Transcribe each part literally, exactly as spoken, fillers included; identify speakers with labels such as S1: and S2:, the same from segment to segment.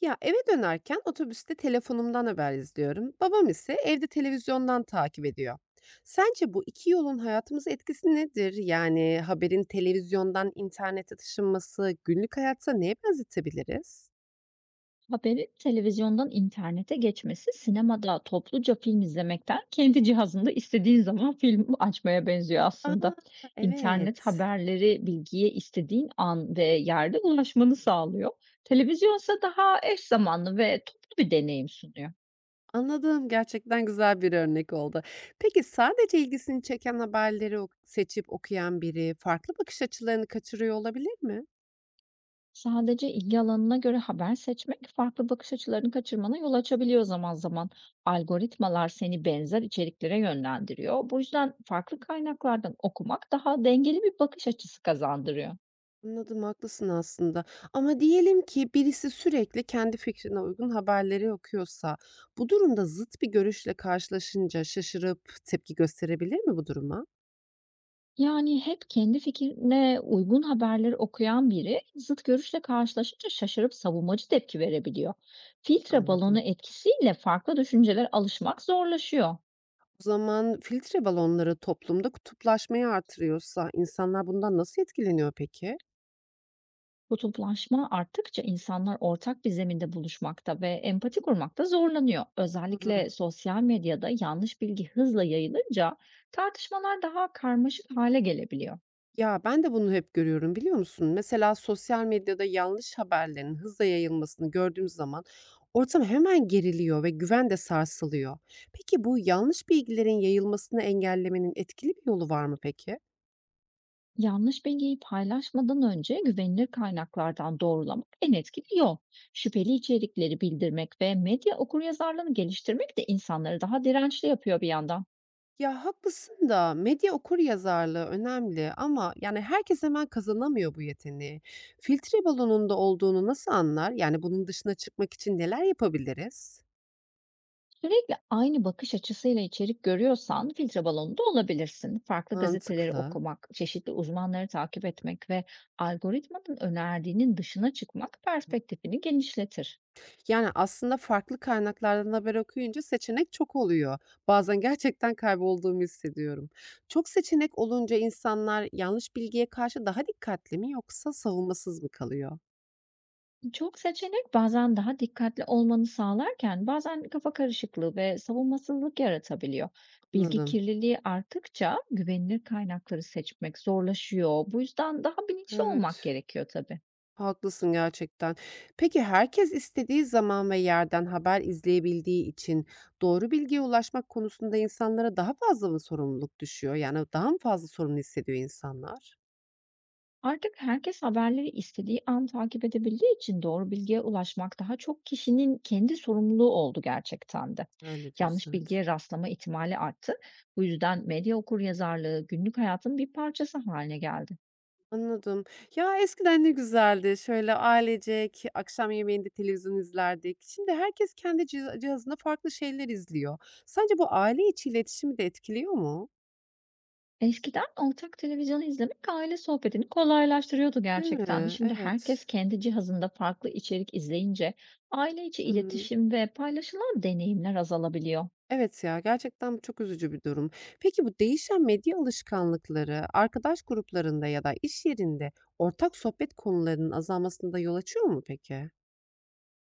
S1: Ya, eve dönerken otobüste telefonumdan haber izliyorum. Babam ise evde televizyondan takip ediyor. Sence bu iki yolun hayatımıza etkisi nedir? Yani haberin televizyondan internete taşınması günlük hayatta neye benzetebiliriz?
S2: Haberin televizyondan internete geçmesi sinemada topluca film izlemekten kendi cihazında istediğin zaman film açmaya benziyor
S1: A!
S2: aslında. İnternet
S1: Evet.
S2: haberleri bilgiye istediğin an ve yerde ulaşmanı sağlıyor. Televizyonsa daha eş zamanlı ve toplu bir deneyim sunuyor.
S1: Anladım. Gerçekten güzel bir örnek oldu. Peki sadece ilgisini çeken haberleri ok seçip okuyan biri farklı bakış açılarını kaçırıyor olabilir mi?
S2: Sadece ilgi alanına göre haber seçmek farklı bakış açılarını kaçırmana yol açabiliyor zaman zaman. Algoritmalar seni benzer içeriklere yönlendiriyor. Bu yüzden farklı kaynaklardan okumak daha dengeli bir bakış açısı kazandırıyor.
S1: Anladım, haklısın aslında, ama diyelim ki birisi sürekli kendi fikrine uygun haberleri okuyorsa, bu durumda zıt bir görüşle karşılaşınca şaşırıp tepki gösterebilir mi bu duruma?
S2: Yani hep kendi fikrine uygun haberleri okuyan biri zıt görüşle karşılaşınca şaşırıp savunmacı tepki verebiliyor. Filtre balonu
S1: Anladım.
S2: etkisiyle farklı düşüncelere alışmak zorlaşıyor.
S1: O zaman filtre balonları toplumda kutuplaşmayı artırıyorsa insanlar bundan nasıl etkileniyor peki?
S2: Kutuplaşma arttıkça insanlar ortak bir zeminde buluşmakta ve empati kurmakta zorlanıyor.
S1: Doğru.
S2: Özellikle sosyal medyada yanlış bilgi hızla yayılınca tartışmalar daha karmaşık hale gelebiliyor.
S1: Ya, ben de bunu hep görüyorum, biliyor musun? Mesela sosyal medyada yanlış haberlerin hızla yayılmasını gördüğüm zaman ortam hemen geriliyor ve güven de sarsılıyor. Peki bu yanlış bilgilerin yayılmasını engellemenin etkili bir yolu var mı peki?
S2: Yanlış bilgiyi paylaşmadan önce güvenilir kaynaklardan doğrulamak en etkili yol. Şüpheli içerikleri bildirmek ve medya okuryazarlığını geliştirmek de insanları daha dirençli yapıyor bir yandan.
S1: Ya, haklısın da medya okuryazarlığı önemli, ama yani herkes hemen kazanamıyor bu yeteneği. Filtre balonunda olduğunu nasıl anlar? Yani bunun dışına çıkmak için neler yapabiliriz?
S2: Sürekli aynı bakış açısıyla içerik görüyorsan filtre balonunda olabilirsin. Farklı gazeteleri
S1: Mantıklı.
S2: okumak, çeşitli uzmanları takip etmek ve algoritmanın önerdiğinin dışına çıkmak perspektifini genişletir.
S1: Yani, aslında farklı kaynaklardan haber okuyunca seçenek çok oluyor. Bazen gerçekten kaybolduğumu hissediyorum. Çok seçenek olunca insanlar yanlış bilgiye karşı daha dikkatli mi yoksa savunmasız mı kalıyor?
S2: Çok seçenek bazen daha dikkatli olmanı sağlarken bazen kafa karışıklığı ve savunmasızlık yaratabiliyor. Bilgi
S1: Anladım.
S2: kirliliği arttıkça güvenilir kaynakları seçmek zorlaşıyor. Bu yüzden daha bilinçli olmak
S1: Evet,
S2: gerekiyor tabii.
S1: haklısın gerçekten. Peki herkes istediği zaman ve yerden haber izleyebildiği için doğru bilgiye ulaşmak konusunda insanlara daha fazla mı sorumluluk düşüyor? Yani, daha mı fazla sorumlu hissediyor insanlar?
S2: Artık herkes haberleri istediği an takip edebildiği için doğru bilgiye ulaşmak daha çok kişinin kendi sorumluluğu oldu gerçekten de.
S1: Öyle diyorsun,
S2: Yanlış
S1: evet.
S2: bilgiye rastlama ihtimali arttı. Bu yüzden medya okuryazarlığı günlük hayatın bir parçası haline geldi.
S1: Anladım. Ya, eskiden ne güzeldi. Şöyle ailecek akşam yemeğinde televizyon izlerdik. Şimdi herkes kendi ciha cihazında farklı şeyler izliyor. Sence bu aile içi iletişimi de etkiliyor mu?
S2: Eskiden ortak televizyonu izlemek aile sohbetini kolaylaştırıyordu
S1: Değil
S2: gerçekten. de.
S1: mi?
S2: Şimdi herkes
S1: Evet.
S2: kendi cihazında farklı içerik izleyince aile içi
S1: Hı.
S2: iletişim ve paylaşılan deneyimler azalabiliyor.
S1: Evet ya, gerçekten bu çok üzücü bir durum. Peki bu değişen medya alışkanlıkları arkadaş gruplarında ya da iş yerinde ortak sohbet konularının azalmasında yol açıyor mu peki?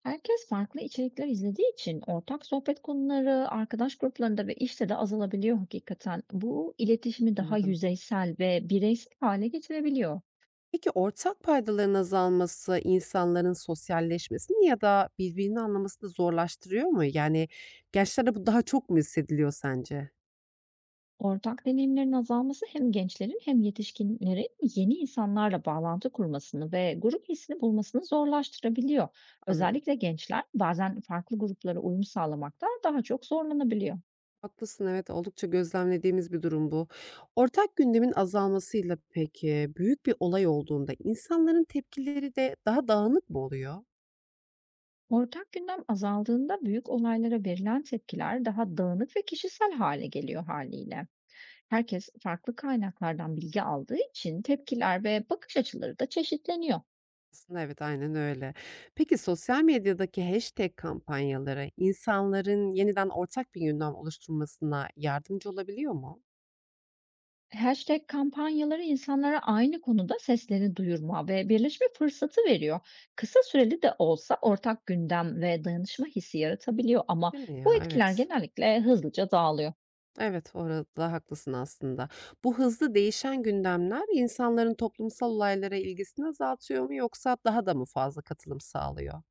S2: Herkes farklı içerikler izlediği için ortak sohbet konuları arkadaş gruplarında ve işte de azalabiliyor hakikaten. Bu iletişimi daha
S1: Anladım.
S2: yüzeysel ve bireysel hale getirebiliyor.
S1: Peki ortak paydaların azalması insanların sosyalleşmesini ya da birbirini anlamasını zorlaştırıyor mu? Yani gençlerde bu daha çok mu hissediliyor sence?
S2: Ortak deneyimlerin azalması hem gençlerin hem yetişkinlerin yeni insanlarla bağlantı kurmasını ve grup hissini bulmasını zorlaştırabiliyor.
S1: Anladım.
S2: Özellikle gençler bazen farklı gruplara uyum sağlamakta daha çok zorlanabiliyor.
S1: Haklısın, evet, oldukça gözlemlediğimiz bir durum bu. Ortak gündemin azalmasıyla peki büyük bir olay olduğunda insanların tepkileri de daha dağınık mı oluyor?
S2: Ortak gündem azaldığında büyük olaylara verilen tepkiler daha dağınık ve kişisel hale geliyor haliyle. Herkes farklı kaynaklardan bilgi aldığı için tepkiler ve bakış açıları da çeşitleniyor.
S1: Aslında evet, aynen öyle. Peki sosyal medyadaki hashtag kampanyaları insanların yeniden ortak bir gündem oluşturmasına yardımcı olabiliyor mu?
S2: Hashtag kampanyaları insanlara aynı konuda seslerini duyurma ve birleşme fırsatı veriyor. Kısa süreli de olsa ortak gündem ve dayanışma hissi yaratabiliyor ama
S1: Değil mi
S2: bu
S1: ya?
S2: etkiler
S1: Evet.
S2: genellikle hızlıca dağılıyor.
S1: Evet, orada haklısın aslında. Bu hızlı değişen gündemler insanların toplumsal olaylara ilgisini azaltıyor mu yoksa daha da mı fazla katılım sağlıyor?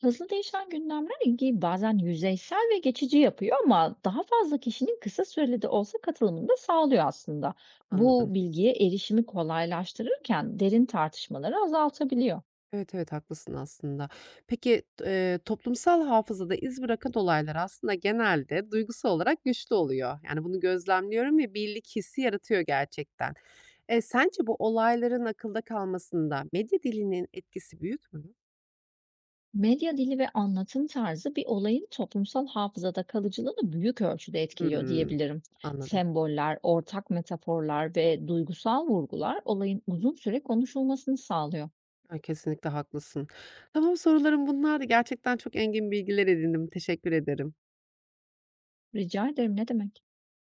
S2: Hızlı değişen gündemler ilgiyi bazen yüzeysel ve geçici yapıyor ama daha fazla kişinin kısa süreli de olsa katılımını da sağlıyor aslında.
S1: Anladım.
S2: Bu bilgiye erişimi kolaylaştırırken derin tartışmaları azaltabiliyor.
S1: Evet evet, haklısın aslında. Peki t- eee, toplumsal hafızada iz bırakan olaylar aslında genelde duygusal olarak güçlü oluyor. Yani bunu gözlemliyorum ve birlik hissi yaratıyor gerçekten. E, sence bu olayların akılda kalmasında medya dilinin etkisi büyük mü?
S2: Medya dili ve anlatım tarzı bir olayın toplumsal hafızada kalıcılığını büyük ölçüde etkiliyor
S1: Hmm,
S2: diyebilirim.
S1: anladım.
S2: Semboller, ortak metaforlar ve duygusal vurgular olayın uzun süre konuşulmasını sağlıyor.
S1: Ya, kesinlikle haklısın. Tamam, sorularım bunlardı. Gerçekten çok engin bilgiler edindim. Teşekkür ederim.
S2: Rica ederim, ne demek?